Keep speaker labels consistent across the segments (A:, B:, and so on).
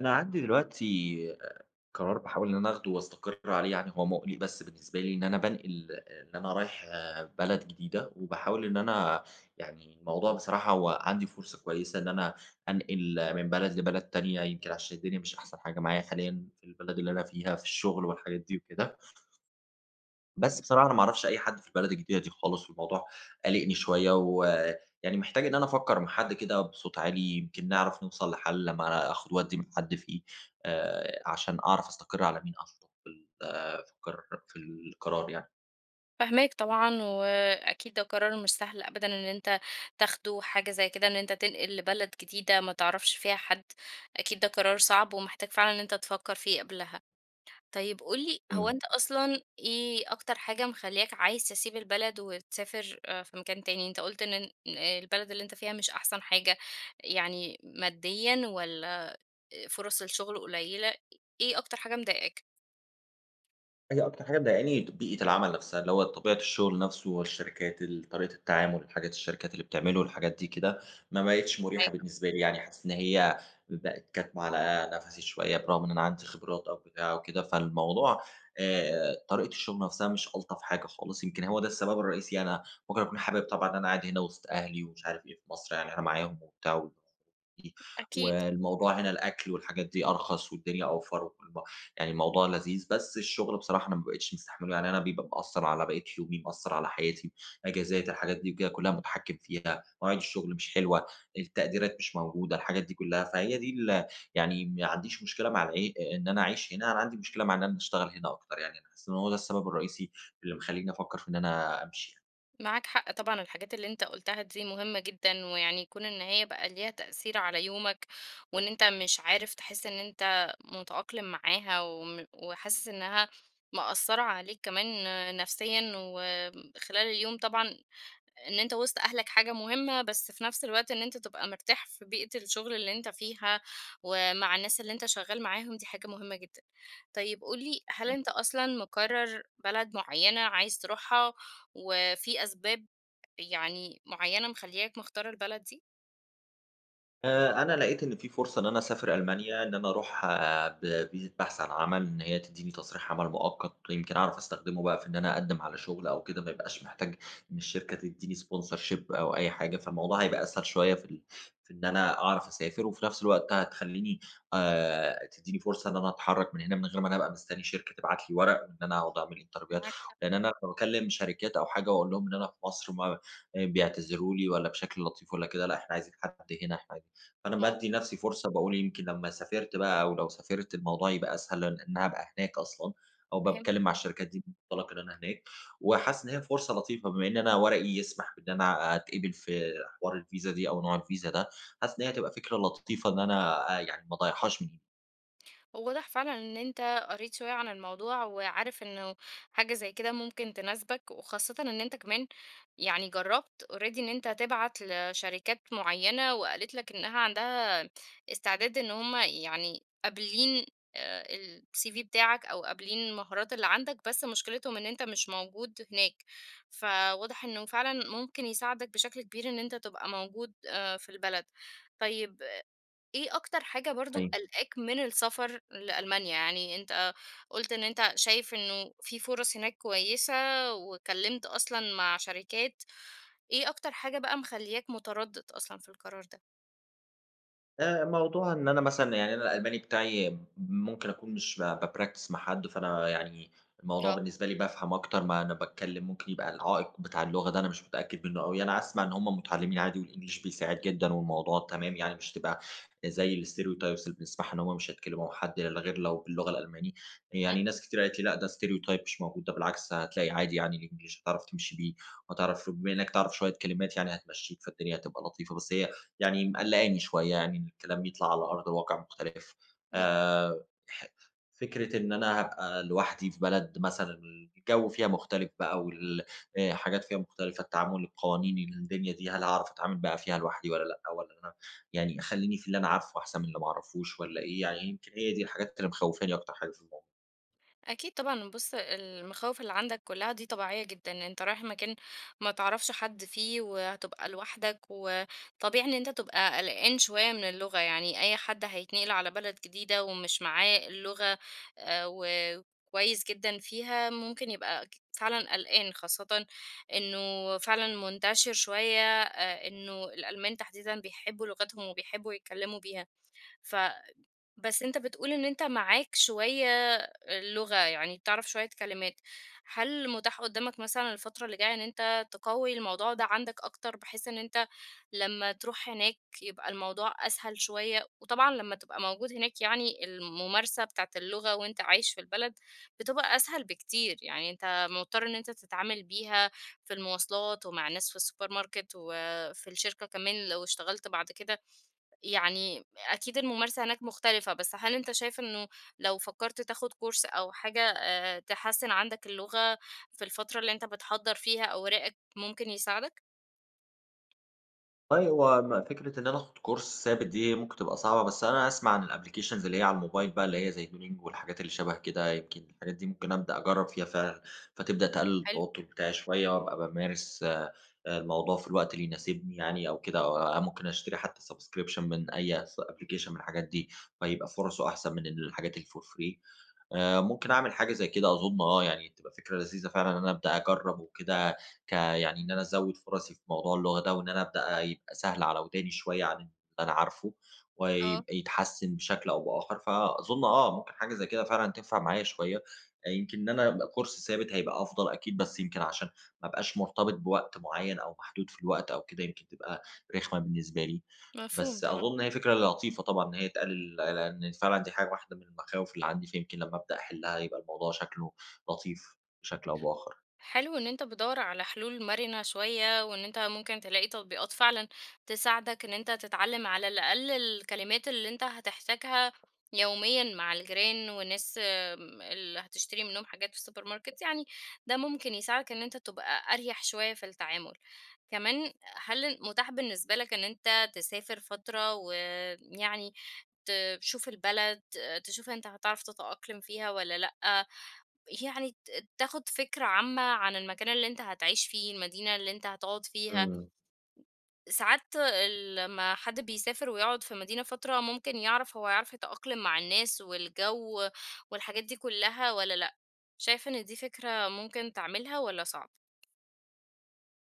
A: أنا عندي دلوقتي قرار باحاول إن أنا آخده وأستقر عليه، يعني هو مُقلِق بس بالنسبة لي إن أنا بانقل إن أنا رايح بلد جديدة، وباحاول إن أنا، يعني الموضوع بصراحة هو عندي فرصة كويسة إن أنا أنقل من بلد لبلد تانية، يمكن عشان الدنيا مش أحسن حاجة معايا حاليًا في البلد اللي أنا فيها في الشغل والحاجات دي وكده. بس بصراحة أنا ما أعرفش أي حد في البلد الجديدة دي خالص، والموضوع قالقني شوية، ويعني محتاج إن أنا أفكّر مع حد كده بصوت عالي، يمكن نعرف نوصل لحل لمّا أنا آخُد وأدّي مع حد فيه، عشان أعرف أستقر على مين أصلًا في ال آه، في القر في القرار يعني.
B: فاهماك طبعًا، وأكيد ده قرار مش سهل أبدًا إن أنت تاخده، حاجة زي كده إن أنت تنقل لبلد جديدة ما تعرفش فيها حد، أكيد ده قرار صعب ومحتاج فعلًا إن أنت تفكّر فيه قبلها. طيب قُل لي، هو
A: إمم.
B: أنت أصلًا إيه أكتر حاجة مخلّياك عايز تسيب البلد وتسافر في مكان تاني؟ أنت قُلت إن البلد اللي أنت فيها مش أحسن حاجة، يعني ماديًا والّا فرص الشغل قليلة، إيه أكتر حاجة مضايقاك؟
A: هي أكتر حاجة مضايقاني بيئة العمل نفسها، اللي هو طبيعة الشغل نفسه، والشركات طريقة التعامل، حاجات الشركات اللي بتعمله، الحاجات دي كده، ما بقتش مريحة
B: أيوة،
A: بالنسبة لي يعني، حاسس إن هي بقت كاتمة على نفسي شوية برغم إن أنا عندي خبرات أو بتاع وكده، فالموضوع طريقة الشغل نفسها مش ألطف حاجة خالص، يمكن هو ده السبب الرئيسي. أنا ممكن أكون حابب طبعًا إن أنا قاعد هنا وسط أهلي ومش عارف إيه في مصر، يعني أنا معاهم وبتاع و
B: أكيد.
A: والموضوع هنا الأكل والحاجات دي أرخص والدنيا أوفر يعني الموضوع لذيذ، بس الشغل بصراحة أنا ما بقيتش مستحمله، يعني أنا بيبقى مأثّر على بقية يومي، مأثّر على حياتي، أجازات الحاجات دي وكده كلها متحكم فيها، مواعيد الشغل مش حلوة، التقديرات مش موجودة، الحاجات دي كلها، فهي دي يعني ما عنديش مشكلة مع إن أنا أعيش هنا، أنا عندي مشكلة مع إن أنا أشتغل هنا أكتر، يعني أنا حاسس إن هو ده السبب الرئيسي اللي مخلّيني أفكّر في إن أنا أمشي يعني.
B: معاك حق طبعا الحاجات اللي انت قلتها دي مهمة جدا ويعني يكون ان هي بقى ليها تأثير على يومك وان انت مش عارف تحس ان انت متأقلم معاها وحاسس انها مأثرة عليك كمان نفسيا وخلال اليوم طبعا، ان انت وسط اهلك حاجة مهمة بس في نفس الوقت ان انت تبقى مرتاح في بيئة الشغل اللي انت فيها ومع الناس اللي انت شغال معاهم دي حاجة مهمة جدا. طيب قولي، هل انت اصلا مقرر بلد معينة عايز تروحها وفي أسباب يعني معيّنة مخلّياك مختار البلد دي؟
A: أنا لقيت إن في فرصة إن أنا أسافر ألمانيا، إن أنا أروح ب فيزة بحث عن عمل، إن هي تدّيني تصريح عمل مؤقت، يمكن أعرف أستخدمه بقى في إن أنا أقدّم على شغل أو كده، ما يبقاش محتاج إن الشركة تدّيني sponsorship أو أي حاجة، فالموضوع هيبقى أسهل شوية في إن أنا أعرف أسافر، وفي نفس الوقت هتخلّيني، تدّيني فرصة إن أنا أتحرّك من هنا من غير ما أنا أبقى مستني شركة تبعت لي ورق، وإن أنا أقعد أعمل انترفيوهات،
B: معاك
A: لإن أنا لمّا باكلّم شركات أو حاجة وأقول لهم إن أنا في مصر، ما بيعتذروا لي والّا بشكل لطيف والّا كده، لأ إحنا عايزين حد هنا، إحنا عايزين فأنا
B: آه،
A: بادّي نَفْسي فرصة، باقول يمكن لمّا سافرت بقى أو لو سافرت الموضوع يبقى أسهل لإن أنا هابقى هناك أصلًا، أو
B: فاهم.
A: باتكلّم مع الشركات دي بمنطلق إن أنا هناك، وحاسس إن هي فرصة لطيفة بما إن أنا ورقي يسمح بإن أنا أتقبل في حوار الVisa دي أو نوع الVisa ده، حاسس إن هي هتبقى فكرة لطيفة إن أنا يعني ما اضيّعهاش من
B: وواضح فعلا ان انت قريت شوية عن الموضوع وعارف انه حاجة زي كده ممكن تناسبك، وخاصة ان انت كمان يعني جربت اوريدي ان انت تبعت لشركات معينة وقالت لك انها عندها استعداد، ان هم يعني قابلين السي في بتاعك او قابلين المهارات اللي عندك بس مشكلتهم ان انت مش موجود هناك، فواضح انه فعلا ممكن يساعدك بشكل كبير ان انت تبقى موجود آه، في البلد. طيب إيه أكتر حاجة برضه
A: إيدي.
B: قالقاك من السفر لألمانيا؟ يعني أنت قُلت إن أنت شايف إنه في فرص هناك كويسة، واتكلمت أصلًا مع شركات، إيه أكتر حاجة بقى مخلّياك متردد أصلًا في القرار ده؟
A: موضوع إن أنا مثلًا، يعني أنا الألماني بتاعي ممكن أكون مش باpractice مع حد، فأنا يعني الموضوع
B: آه.
A: بالنسبة لي بافهم أكتر ما أنا باتكلم، ممكن يبقى العائق بتاع اللغة ده أنا مش متأكد منه أوي، أنا أسمع إن هم متعلمين عادي والEnglish بيساعد جدًا والموضوع تمام، يعني مش هتبقى زي الstereotypes اللي بنسمعها إن هم مش هيتكلموا مع حد إلا غير لو باللغة الألماني، يعني ناس كتير قالت لي: "لأ، ده stereotype مش موجود، ده بالعكس هتلاقي عادي يعني الEnglish هتعرف تمشي بيه، وهتعرف بما إنك تعرف شوية كلمات يعني هتمشيك، فالدنيا هتبقى لطيفة." بس هي يعني مقلّقاني شوية، يعني إن الكلام يطلع على أرض الواقع مختلف.
B: إمم.
A: ح فكرة إن أنا هابقى لوحدي في بلد مثلًا الجو فيها مختلف بقى وال حاجات فيها مختلفة، التعامل، القوانين، الدنيا دي، هل هاعرف أتعامل بقى فيها لوحدي والّا لأ، والّا أنا، يعني أخلّيني في اللي أنا عارفه أحسن من اللي ما أعرفوش والّا إيه، يعني يمكن هي دي الحاجات اللي مخوّفاني أكتر حاجة في الموضوع.
B: أكيد طبعًا، بُص المخاوف اللي عندك كلّها دي طبيعية جدًا، أنت رايح مكان ما تعرفش حد فيه وهتبقى لوحدك، وطبيعي إن أنت تبقى قلقان شوية من اللغة، يعني أي حد هيتنقل على بلد جديدة ومش معاه اللغة وكويس جدًا فيها ممكن يبقى ك فعلًا قلقان، خاصةً إنه فعلًا منتشر شوية إنه الألمان تحديدًا بيحبوا لغتهم وبيحبوا يتكلموا بيها. ف بس أنت بتقول إن أنت معاك شوية لغة، يعني بتعرف شوية كلمات. هل متاح قدّامك مثلًا الفترة اللي جاية إن أنت تقوّي الموضوع ده عندك أكتر، بحيث إن أنت لمّا تروح هناك يبقى الموضوع أسهل شوية؟ وطبعًا لمّا تبقى موجود هناك يعني الممارسة بتاعة اللغة وأنت عايش في البلد بتبقى أسهل بكتير، يعني أنت مضطر إن أنت تتعامل بيها في المواصلات ومع الناس في السوبر ماركت وفي الشركة كمان لو اشتغلت بعد كده. يعني أكيد الممارسة هناك مختلفة، بس هل أنت شايف إنه لو فكّرت تاخد كورس أو حاجة تحسّن عندك اللغة في الفترة اللي أنت بتحضّر فيها أوراقك ممكن يساعدك؟
A: والله هو فكرة إن أنا آخد كورس ثابت دي ممكن تبقى صعبة، بس أنا أسمع عن الapplications اللي هي على الموبايل بقى اللي هي زي duolingo والحاجات اللي شبه كده، يمكن الحاجات دي ممكن أبدأ أجرّب فيها فعلًا، فتبدأ تقلل
B: حلو،
A: التوتر بتاعي شوية، وأبقى بامارس الموضوع في الوقت اللي يناسبني يعني أو كده، أو ممكن أشتري حتى subscription من أي application من الحاجات دي، فيبقى فرصه أحسن من الحاجات اللي for free. ممكن أعمل حاجة زي كده أظُن آه، يعني تبقى فكرة لذيذة فعلًا إن أنا أبدأ أجرّب وكده، يعني إن أنا أزوّد فرصي في موضوع اللغة ده، وإن أنا أبدأ يبقى سهل على وداني شوية عن اللي أنا عارفه،
B: آه،
A: ويبقى يتحسّن بشكل أو بآخر، فأظُن آه، ممكن حاجة زي كده فعلًا تنفع معايا شوية. يمكن إن أنا أبقى كورس ثابت هيبقى أفضل أكيد، بس يمكن عشان ما أبقاش مرتبط بوقت معيّن أو محدود في الوقت أو كده، يمكن تبقى رخمة بالنسبة لي.
B: مفهوم
A: بس
B: طبعًا.
A: أظن هي فكرة لطيفة طبعًا إن هي تقلل، لإن فعلًا دي حاجة واحدة من المخاوف اللي عندي، فيمكن لمّا أبدأ أحلها يبقى الموضوع شكله لطيف بشكل أو بآخر.
B: حلو ان انت بتدور على حلول مرنة شوية وان انت ممكن تلاقي تطبيقات فعلا تساعدك ان انت تتعلم على الاقل الكلمات اللي انت هتحتاجها يوميا مع الجيران والناس آم، اللي هتشتري منهم حاجات في السوبر ماركت، يعني ده ممكن يساعدك ان انت تبقى اريح شوية في التعامل. كمان هل متاح بالنسبة لك ان انت تسافر فترة ويعني تشوف البلد، تشوف أنت هتعرف تتأقلم فيها والّا لأ، يعني ت تاخد فكرة عامة عن المكان اللي أنت هتعيش فيه، المدينة اللي أنت هتقعد فيها.
A: إمم.
B: ساعات ال لمّا حد بيسافر ويقعد في مدينة فترة، ممكن يعرف هو هيعرف يتأقلم مع الناس والجو والحاجات دي كلّها والّا لأ. شايف إن دي فكرة ممكن تعملها والّا صعب؟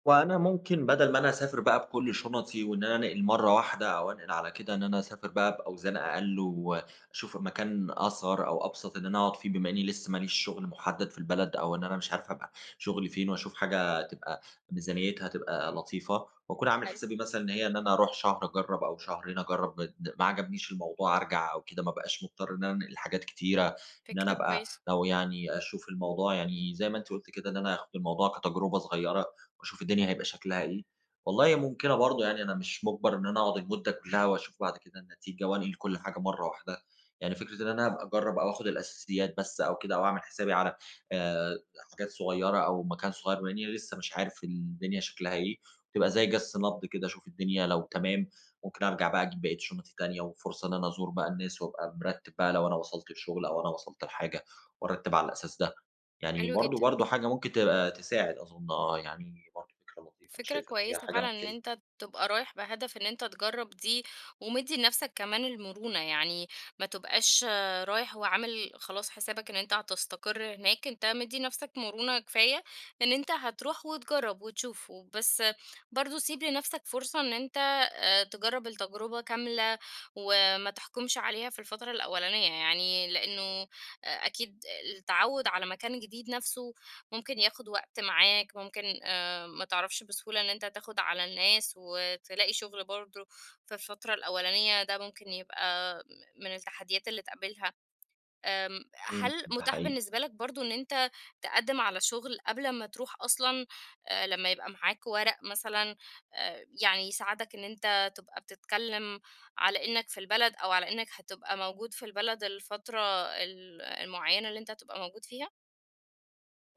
A: وأنا ممكن بدل ما أنا أسافر بقى بكل شنطي وإن أنا أنقل مرة واحدة، أو أنقل على كده إن أنا أسافر بقى بأوزان أقل، وأشوف مكان أصغر أو أبسط إن أنا أقعد فيه بما إني لسه ماليش شغل محدد في البلد، أو إن أنا مش عارف أبقى شغلي فين، وأشوف حاجة تبقى ميزانيتها تبقى لطيفة، وأكون عامل
B: حلو،
A: حسابي مثلا إن هي إن أنا أروح شهر أجرب أو شهرين أجرب، ما عجبنيش الموضوع أرجع أو كده، ما بقاش مضطر إن أنا أنقل حاجات كتيرة، إن أنا
B: فكرة
A: أبقى
B: كويسة،
A: لو، يعني أشوف الموضوع، يعني زي ما أنت قلت كده إن أنا آخد الموضوع كتجربة صغيرة، وأشوف الدنيا هيبقى شكلها إيه. والله ممكنة برضه، يعني أنا مش مُجبَر إن أنا أقعد المدة كلّها وأشوف بعد كده النتيجة وأنقل كل حاجة مرّة واحدة. يعني فكرة إن أنا أبقى أجرّب أو آخُد الأساسيات بس أو كده، أو أعمل حسابي على آآ حاجات صغيّرة أو مكان صغيّر بما إنّي لسه مش عارف الدنيا شكلها إيه، تبقى زي جَس نبض كده أشوف الدنيا لو تمام، ممكن أرجع بقى أجيب بقية شنطي تانية، وفرصة إن أنا أزور بقى الناس، وأبقى مرتِّب بقى لو أنا وصلت لشُغل أو أنا وصلت لحاجة، وأرتِّب على الأساس ده. يعني
B: حلو
A: برضه
B: جدًا.
A: برضه حاجة ممكن تبقى تساعد أظن آه، يعني برضه فكرة لطيفة، أنا
B: فكرة
A: شايف إن هي
B: كويسة
A: حاجة
B: فعلا ان
A: ممكن.
B: انت تبقى رايح بهدف ان انت تجرب دي، ومدي لنفسك كمان المرونة، يعني ما تبقاش آه، رايح وعامل خلاص حسابك ان انت هتستقر هناك، انت مدي نفسك مرونة كفاية ان انت هتروح وتجرب وتشوف، بس برضو سيب لنفسك فرصة ان انت آه، تجرب التجربة كاملة وما تحكمش عليها في الفترة الأولانية، يعني لأنه آه، أكيد التعود على مكان جديد نفسه ممكن ياخد وقت معاك، ممكن ما تعرفش بسهولة إن أنت تاخد على الناس وتلاقي شغل برضه في الفترة الأولانية، ده ممكن يبقى من التحديات اللي تقابلها. أم،
A: إمم.
B: هل
A: ده
B: متاح
A: حقيقي.
B: بالنسبة لك برضه إن أنت تقدم على شغل قبل ما تروح أصلا آه، لما يبقى معاك ورق مثلا آه، يعني يساعدك إن أنت تبقى بتتكلم على إنك في البلد أو على إنك هتبقى موجود في البلد الفترة المعينة اللي أنت هتبقى موجود فيها؟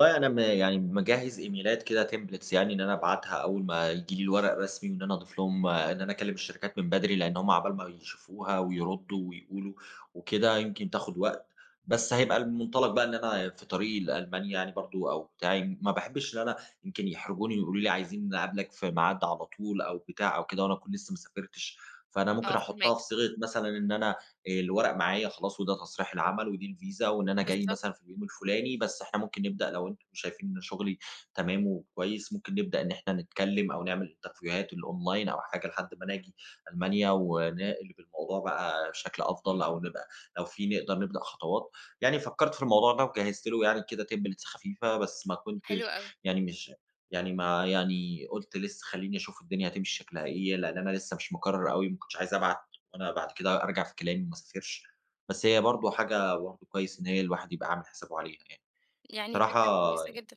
A: والله أنا يعني مجهّز إيميلات كده templates، يعني إن أنا أبعتها أول ما ييجي لي الورق الرسمي، وإن أنا أضيف لهم إن أنا أكلم الشركات من بدري، لإن هم عقبال ما يشوفوها ويردوا ويقولوا وكده، يمكن تاخد وقت، بس هيبقى المنطلق بقى إن أنا في طريقي لألمانيا يعني برضه أو بتاعي، ما باحبش إن أنا يمكن يحرجوني ويقولوا لي عايزين نقابلك في ميعاد على طول أو بتاع أو كده، وأنا أكون لسه ما سافرتش، فأنا ممكن
B: اه،
A: أحطها
B: فهماك.
A: في صيغة مثلًا إن أنا الورق معايا خلاص، وده تصريح العمل، ودي الفيزا، وإن أنا جاي
B: بالظبط.
A: مثلًا في اليوم الفلاني، بس إحنا ممكن نبدأ لو أنتم شايفين إن شغلي تمام وكويس، ممكن نبدأ إن إحنا نتكلم أو نعمل انترفيوهات الأونلاين أو حاجة لحد ما أنا آجي ألمانيا، ونقلب الموضوع بقى بشكل أفضل، أو نبقى لو في نقدر نبدأ خطوات. يعني فكّرت في الموضوع ده وجهّزت له يعني كده templates خفيفة، بس ما
B: حلو
A: كنتش،
B: قوي،
A: يعني مش، يعني ما، يعني قُلت لسه خلّيني أشوف الدنيا هتمشي شكلها إيه، لإن أنا لسه مش مقرر أوي، ما كنتش عايز أبعت وأنا بعد كده أرجع في كلامي وما أسافرش، بس هي برضه حاجة برضه كويس إن هي الواحد يبقى عامل حسابه عليها يعني.
B: يعني
A: بصراحة
B: فكرة كويسة جدا.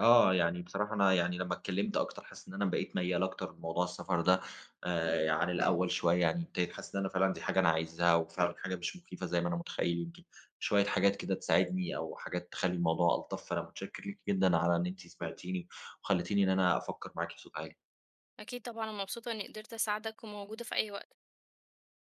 A: يعني بصراحة أنا، يعني لمّا اتكلمت أكتر حاسس إن أنا بقيت ميّال أكتر لموضوع السفر ده عن الأول شوية، يعني ابتديت حاسس إن أنا فعلًا دي حاجة أنا عايزها، وفعلًا حاجة مش مخيفة زي ما أنا متخيل، يمكن شوية حاجات كده تساعدني أو حاجات تخلّي الموضوع ألطف، فأنا متشكر ليكِ جدًا على إن أنتِ سمعتيني وخلّيتيني إن أنا أفكر معاكِ بصوت عالي.
B: أكيد طبعًا أنا مبسوطة إني قدرت أساعدك وموجودة في أي وقت.